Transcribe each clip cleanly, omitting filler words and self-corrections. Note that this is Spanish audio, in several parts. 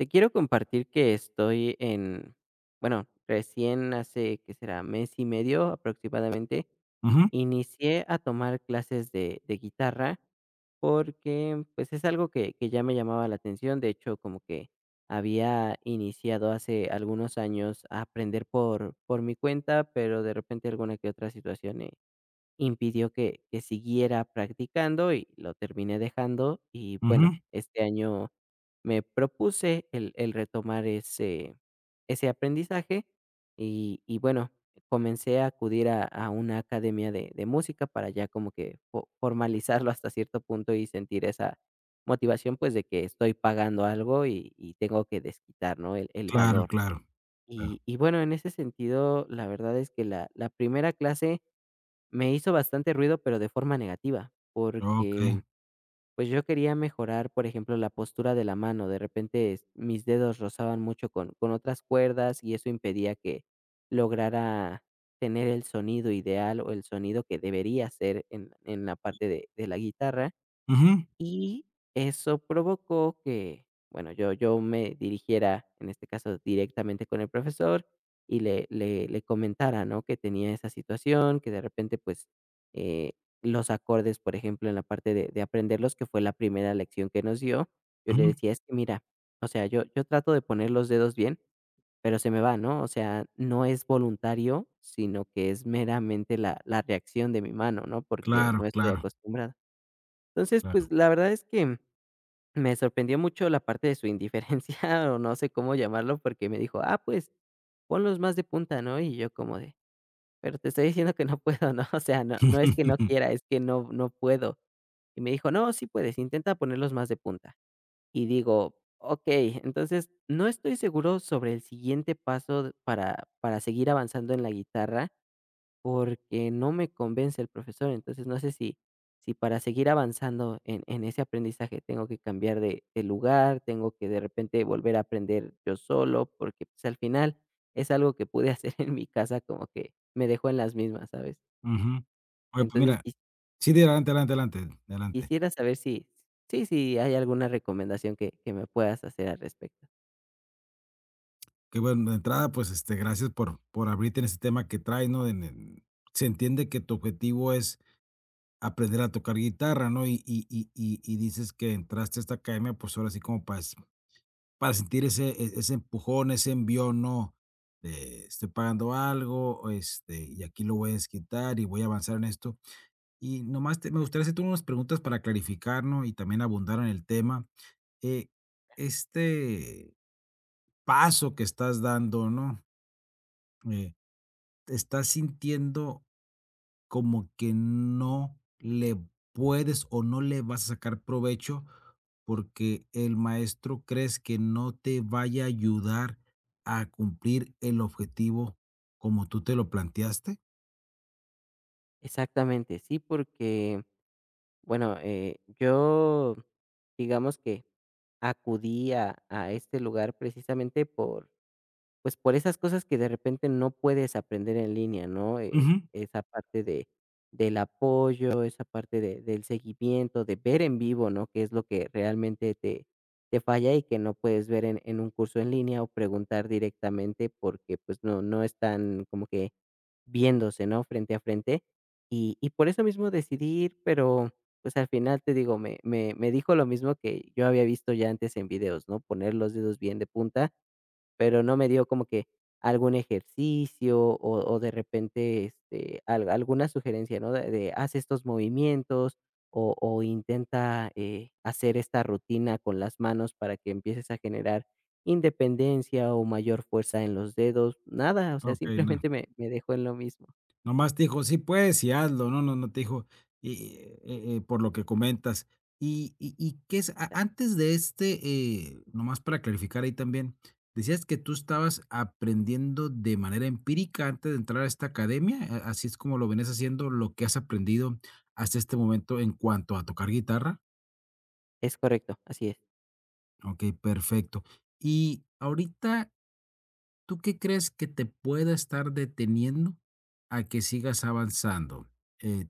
Te quiero compartir que estoy en, bueno, recién hace, ¿qué será? Mes y medio aproximadamente, Ujú, inicié a tomar clases de guitarra porque pues es algo que ya me llamaba la atención. De hecho, como que había iniciado hace algunos años a aprender por mi cuenta, pero de repente alguna que otra situación impidió que siguiera practicando y lo terminé dejando y bueno, ujú. este año me propuse el retomar ese ese aprendizaje y bueno, comencé a acudir a una academia de música para ya como que fo formalizarlo hasta cierto punto y sentir esa motivación, pues, de que estoy pagando algo y tengo que desquitar, ¿no?, el Claro, valor. claro, claro. Y bueno, en ese sentido, la verdad es que la primera clase me hizo bastante ruido, pero de forma negativa, Okey. porque, pues, yo quería mejorar, por ejemplo, la postura de la mano. De repente, es mis dedos rozaban mucho con otras cuerdas, y eso impedía que lograra tener el sonido ideal, o el sonido que debería ser en la parte de la guitarra. Ujú, Y eso provocó que, bueno, yo me dirigiera, en este caso, directamente con el profesor y le comentara, ¿no?, que tenía esa situación, que de repente, pues, eh, los acordes, por ejemplo, en la parte de aprenderlos, que fue la primera lección que nos dio, yo le ujú. decía: "Es que mira, o sea, yo trato de poner los dedos bien, pero se me va, ¿no?, o sea, no es voluntario, sino que es meramente la reacción de mi mano, ¿no?, porque Claro, no estoy claro, acostumbrada". Entonces, claro. pues, la verdad es que me sorprendió mucho la parte de su indiferencia, o no sé cómo llamarlo, porque me dijo: "Ah, pues, ponlos más de punta", ¿no? Y yo como de: "Pero te estoy diciendo que no puedo", ¿no? O sea, no es que no quiera, es que no puedo. Y me dijo: "No, sí puedes, intenta ponerlos más de punta". Y digo: "Okey". Entonces, no estoy seguro sobre el siguiente paso para seguir avanzando en la guitarra. Porque no me convence el profesor, entonces no sé si si para seguir avanzando en ese aprendizaje tengo que cambiar de lugar, tengo que de repente volver a aprender yo solo, porque, pues, al final es algo que pude hacer en mi casa, como que me dejó en las mismas, ¿sabes? Ujú. Oye, pues Entonces, mira, sí, de adelante, adelante, adelante, adelante. quisiera saber si sí, si hay alguna recomendación que me puedas hacer al respecto. Qué bueno, de entrada, pues, gracias por abrirte en ese tema que traes, ¿no? En Se entiende que tu objetivo es aprender a tocar guitarra, ¿no? Y dices que entraste a esta academia, pues, ahora sí como para sentir ese ese empujón, ese envión, ¿no? De estoy pagando algo, y aquí lo voy a desquitar, y voy a avanzar en esto. Y nomás te me gustaría hacerte unas preguntas para clarificar, ¿no? Y también abundar en el tema. Eh, este paso que estás dando, ¿no? Eh, ¿Estás sintiendo como que no le puedes o no le vas a sacar provecho porque el maestro crees que no te vaya a ayudar a cumplir el objetivo como tú te lo planteaste? Exactamente, sí, porque bueno, yo digamos que acudí a este lugar precisamente por, pues, por esas cosas que de repente no puedes aprender en línea, ¿no? Ujú. Esa parte de del apoyo, esa parte de del seguimiento, de ver en vivo, ¿no? Que es lo que realmente te falla y que no puedes ver en un curso en línea o preguntar directamente porque, pues, no están como que viéndose, ¿no? Frente a frente. Y por eso mismo decidí ir, pero, pues, al final te digo, me dijo lo mismo que yo había visto ya antes en videos, ¿no? Poner los dedos bien de punta pero no me dio como que algún ejercicio o de repente, este, al alguna sugerencia, ¿no? De haz estos movimientos o intenta, hacer esta rutina con las manos para que empieces a generar independencia o mayor fuerza en los dedos. Nada, o sea, Ok, simplemente me dejó en lo mismo. nomás te dijo: "Sí puedes y hazlo", no te dijo y por lo que comentas. Y qué es a antes de este, nomás para clarificar ahí también, decías que tú estabas aprendiendo de manera empírica antes de entrar a esta academia, ¿a así es como lo venías haciendo, lo que has aprendido hasta este momento en cuanto a tocar guitarra? Es correcto, así es. Okey, perfecto. Y ahorita, ¿tú qué crees que te pueda estar deteniendo a que sigas avanzando? Eh,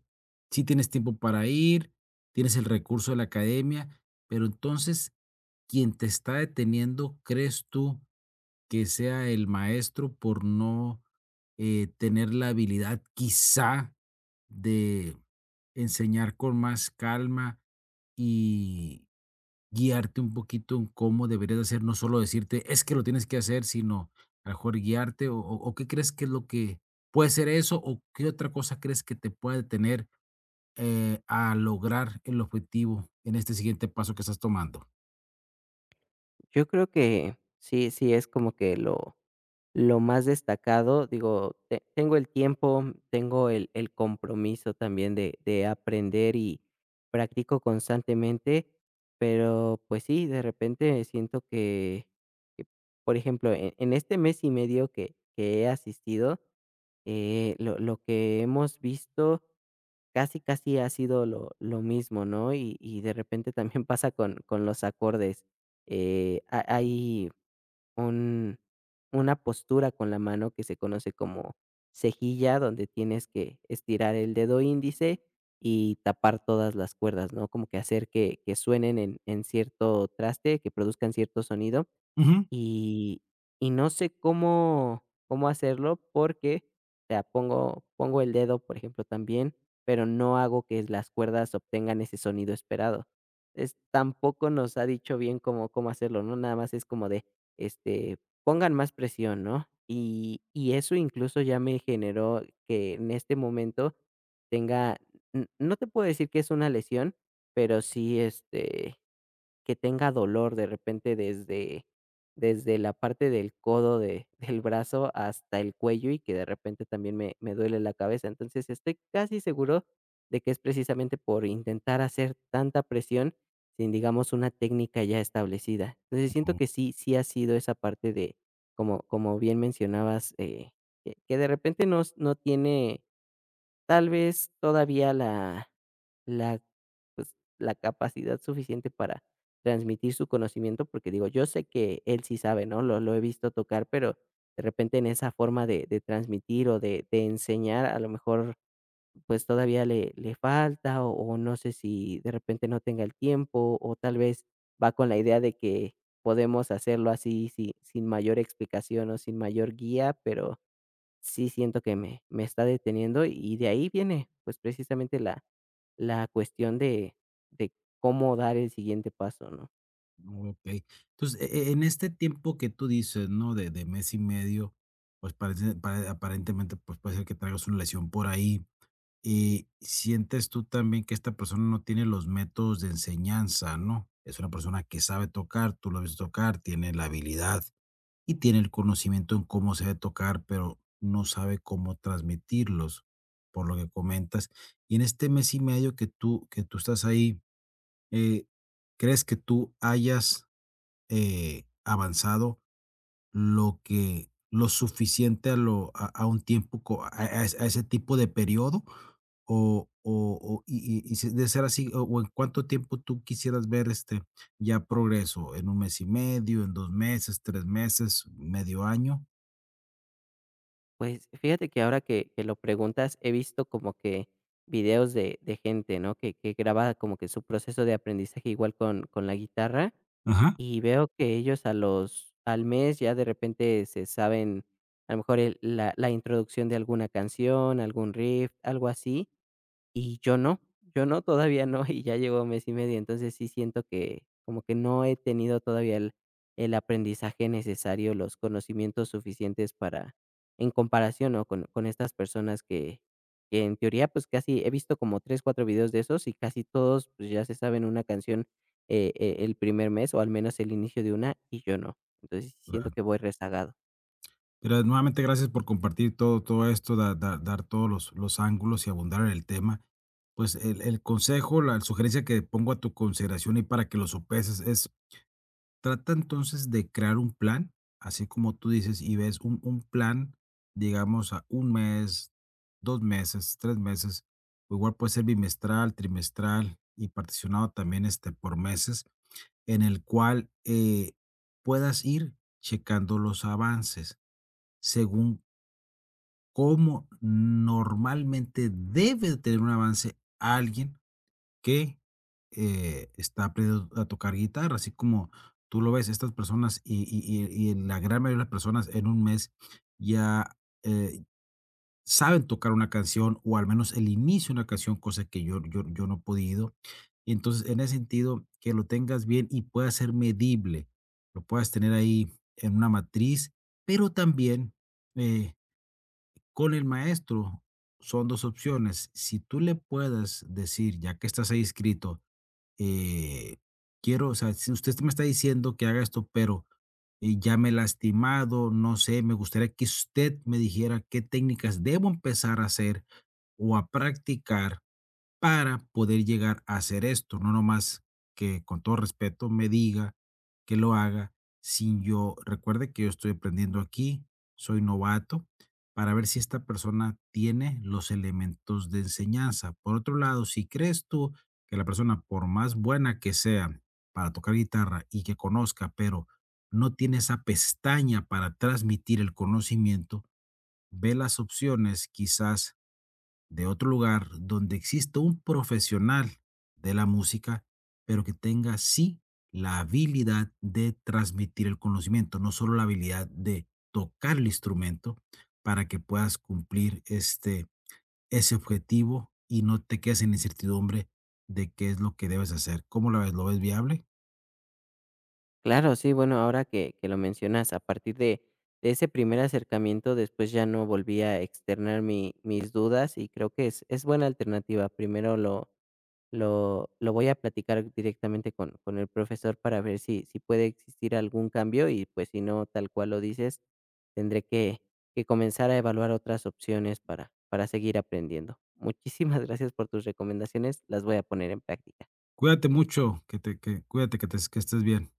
sí tienes tiempo para ir, tienes el recurso de la academia, pero entonces, ¿quién te está deteniendo, crees tú que sea el maestro por no tener la habilidad quizá de enseñar con más calma y guiarte un poquito en cómo deberías de hacer, no solo decirte, es que lo tienes que hacer, sino a lo mejor guiarte o qué crees que es lo que puede ser eso o qué otra cosa crees que te puede detener, a lograr el objetivo en este siguiente paso que estás tomando. Yo creo que sí, sí es como que lo más destacado. Digo, tengo el tiempo, tengo el compromiso también de aprender y practico constantemente, pero pues sí, de repente siento que, por ejemplo, en este mes y medio que he asistido, lo que hemos visto casi, casi ha sido lo mismo, ¿no? Y de repente también pasa con los acordes. Ha Hay un una postura con la mano que se conoce como cejilla, donde tienes que estirar el dedo índice y tapar todas las cuerdas, ¿no? Como que hacer que suenen en cierto traste, que produzcan cierto sonido. Ujú. Y y no sé cómo hacerlo porque, o sea, pongo el dedo, por ejemplo, también, pero no hago que las cuerdas obtengan ese sonido esperado. Es tampoco nos ha dicho bien cómo hacerlo, ¿no? Nada más es como de, este, pongan más presión, ¿no? Y eso incluso ya me generó que en este momento tenga, n no te puedo decir que es una lesión, pero sí, este que tenga dolor de repente desde la parte del codo de del brazo hasta el cuello y que de repente también me duele la cabeza. Entonces, estoy casi seguro de que es precisamente por intentar hacer tanta presión sin, digamos, una técnica ya establecida. Entonces, siento que sí sí ha sido esa parte de, como como bien mencionabas, que de repente no tiene tal vez todavía la la, pues, la capacidad suficiente para transmitir su conocimiento, porque digo, yo sé que él sí sabe, ¿no? Lo he visto tocar, pero de repente en esa forma de transmitir o de enseñar, a lo mejor, pues, todavía le falta, o no sé si de repente no tenga el tiempo, o tal vez va con la idea de que podemos hacerlo así sin mayor explicación o sin mayor guía, pero sí siento que me está deteniendo, y de ahí viene, pues, precisamente la la cuestión de cómo dar el siguiente paso, ¿no? Oh, ok. Entonces, en este tiempo que tú dices, ¿no? De mes y medio, pues aparentemente pues puede ser que traigas una lesión por ahí. Y sientes tú también que esta persona no tiene los métodos de enseñanza, ¿no? Es una persona que sabe tocar, tú lo ves tocar, tiene la habilidad y tiene el conocimiento en cómo se debe tocar, pero no sabe cómo transmitirlos, por lo que comentas. Y en este mes y medio que tú estás ahí, eh, ¿crees que tú hayas, avanzado lo suficiente a lo a un tiempo co a es- a ese tipo de periodo, o y si de ser así, o en cuánto tiempo tú quisieras ver, este, ya progreso, ¿en un mes y medio, en 2 meses, 3 meses, medio año? Pues, fíjate que ahora que lo preguntas, he visto como que videos de gente, ¿no?, que graba como que su proceso de aprendizaje igual con la guitarra, Ajá, y veo que ellos a los al mes ya de repente se saben, a lo mejor el la introducción de alguna canción, algún riff, algo así, y yo no, yo no, todavía no, y ya llevo mes y medio, entonces sí siento que como que no he tenido todavía el aprendizaje necesario, los conocimientos suficientes para, en comparación, ¿no? Con estas personas que en teoría pues casi he visto como tres, cuatro videos de esos y casi todos pues ya se saben una canción el primer mes o al menos el inicio de una y yo no. Entonces sí siento claro. que voy rezagado. Pero nuevamente gracias por compartir todo esto, da da dar todos los ángulos y abundar en el tema. Pues el consejo, la sugerencia que pongo a tu consideración y para que lo sopeses es: trata entonces de crear un plan, así como tú dices, y ves un plan, digamos, a un mes, dos meses, tres meses, o igual puede ser bimestral, trimestral y particionado también, este, por meses, en el cual puedas ir checando los avances según cómo normalmente debe de tener un avance alguien que, está aprendiendo a tocar guitarra, así como tú lo ves, estas personas, y en la gran mayoría de las personas en un mes ya, eh, saben tocar una canción o al menos el inicio de una canción, cosa que yo no he podido. Y entonces, en ese sentido, que lo tengas bien y pueda ser medible, lo puedas tener ahí en una matriz, pero también, eh, con el maestro son 2 opciones. Si tú le puedas decir, ya que estás ahí inscrito, eh, quiero, o sea, si usted me está diciendo que haga esto, pero ya me he lastimado, no sé, me gustaría que usted me dijera qué técnicas debo empezar a hacer o a practicar para poder llegar a hacer esto, no nomás que con todo respeto me diga que lo haga, sin yo recuerde que yo estoy aprendiendo aquí, soy novato, para ver si esta persona tiene los elementos de enseñanza. Por otro lado, si crees tú que la persona, por más buena que sea para tocar guitarra y que conozca, pero no tiene esa pestaña para transmitir el conocimiento, ve las opciones quizás de otro lugar donde exista un profesional de la música, pero que tenga sí la habilidad de transmitir el conocimiento, no solo la habilidad de tocar el instrumento, para que puedas cumplir este, ese objetivo y no te quedes en incertidumbre de qué es lo que debes hacer. ¿Cómo la ves? ¿Lo ves viable? Claro, sí, bueno, ahora que lo mencionas, a partir de ese primer acercamiento, después ya no volví a externar mi, mis dudas y creo que es buena alternativa. Primero lo voy a platicar directamente con el profesor para ver si, si puede existir algún cambio y pues si no, tal cual lo dices, tendré que comenzar a evaluar otras opciones para seguir aprendiendo. Muchísimas gracias por tus recomendaciones, las voy a poner en práctica. Cuídate mucho, que te, que, cuídate, que, te, que estés bien.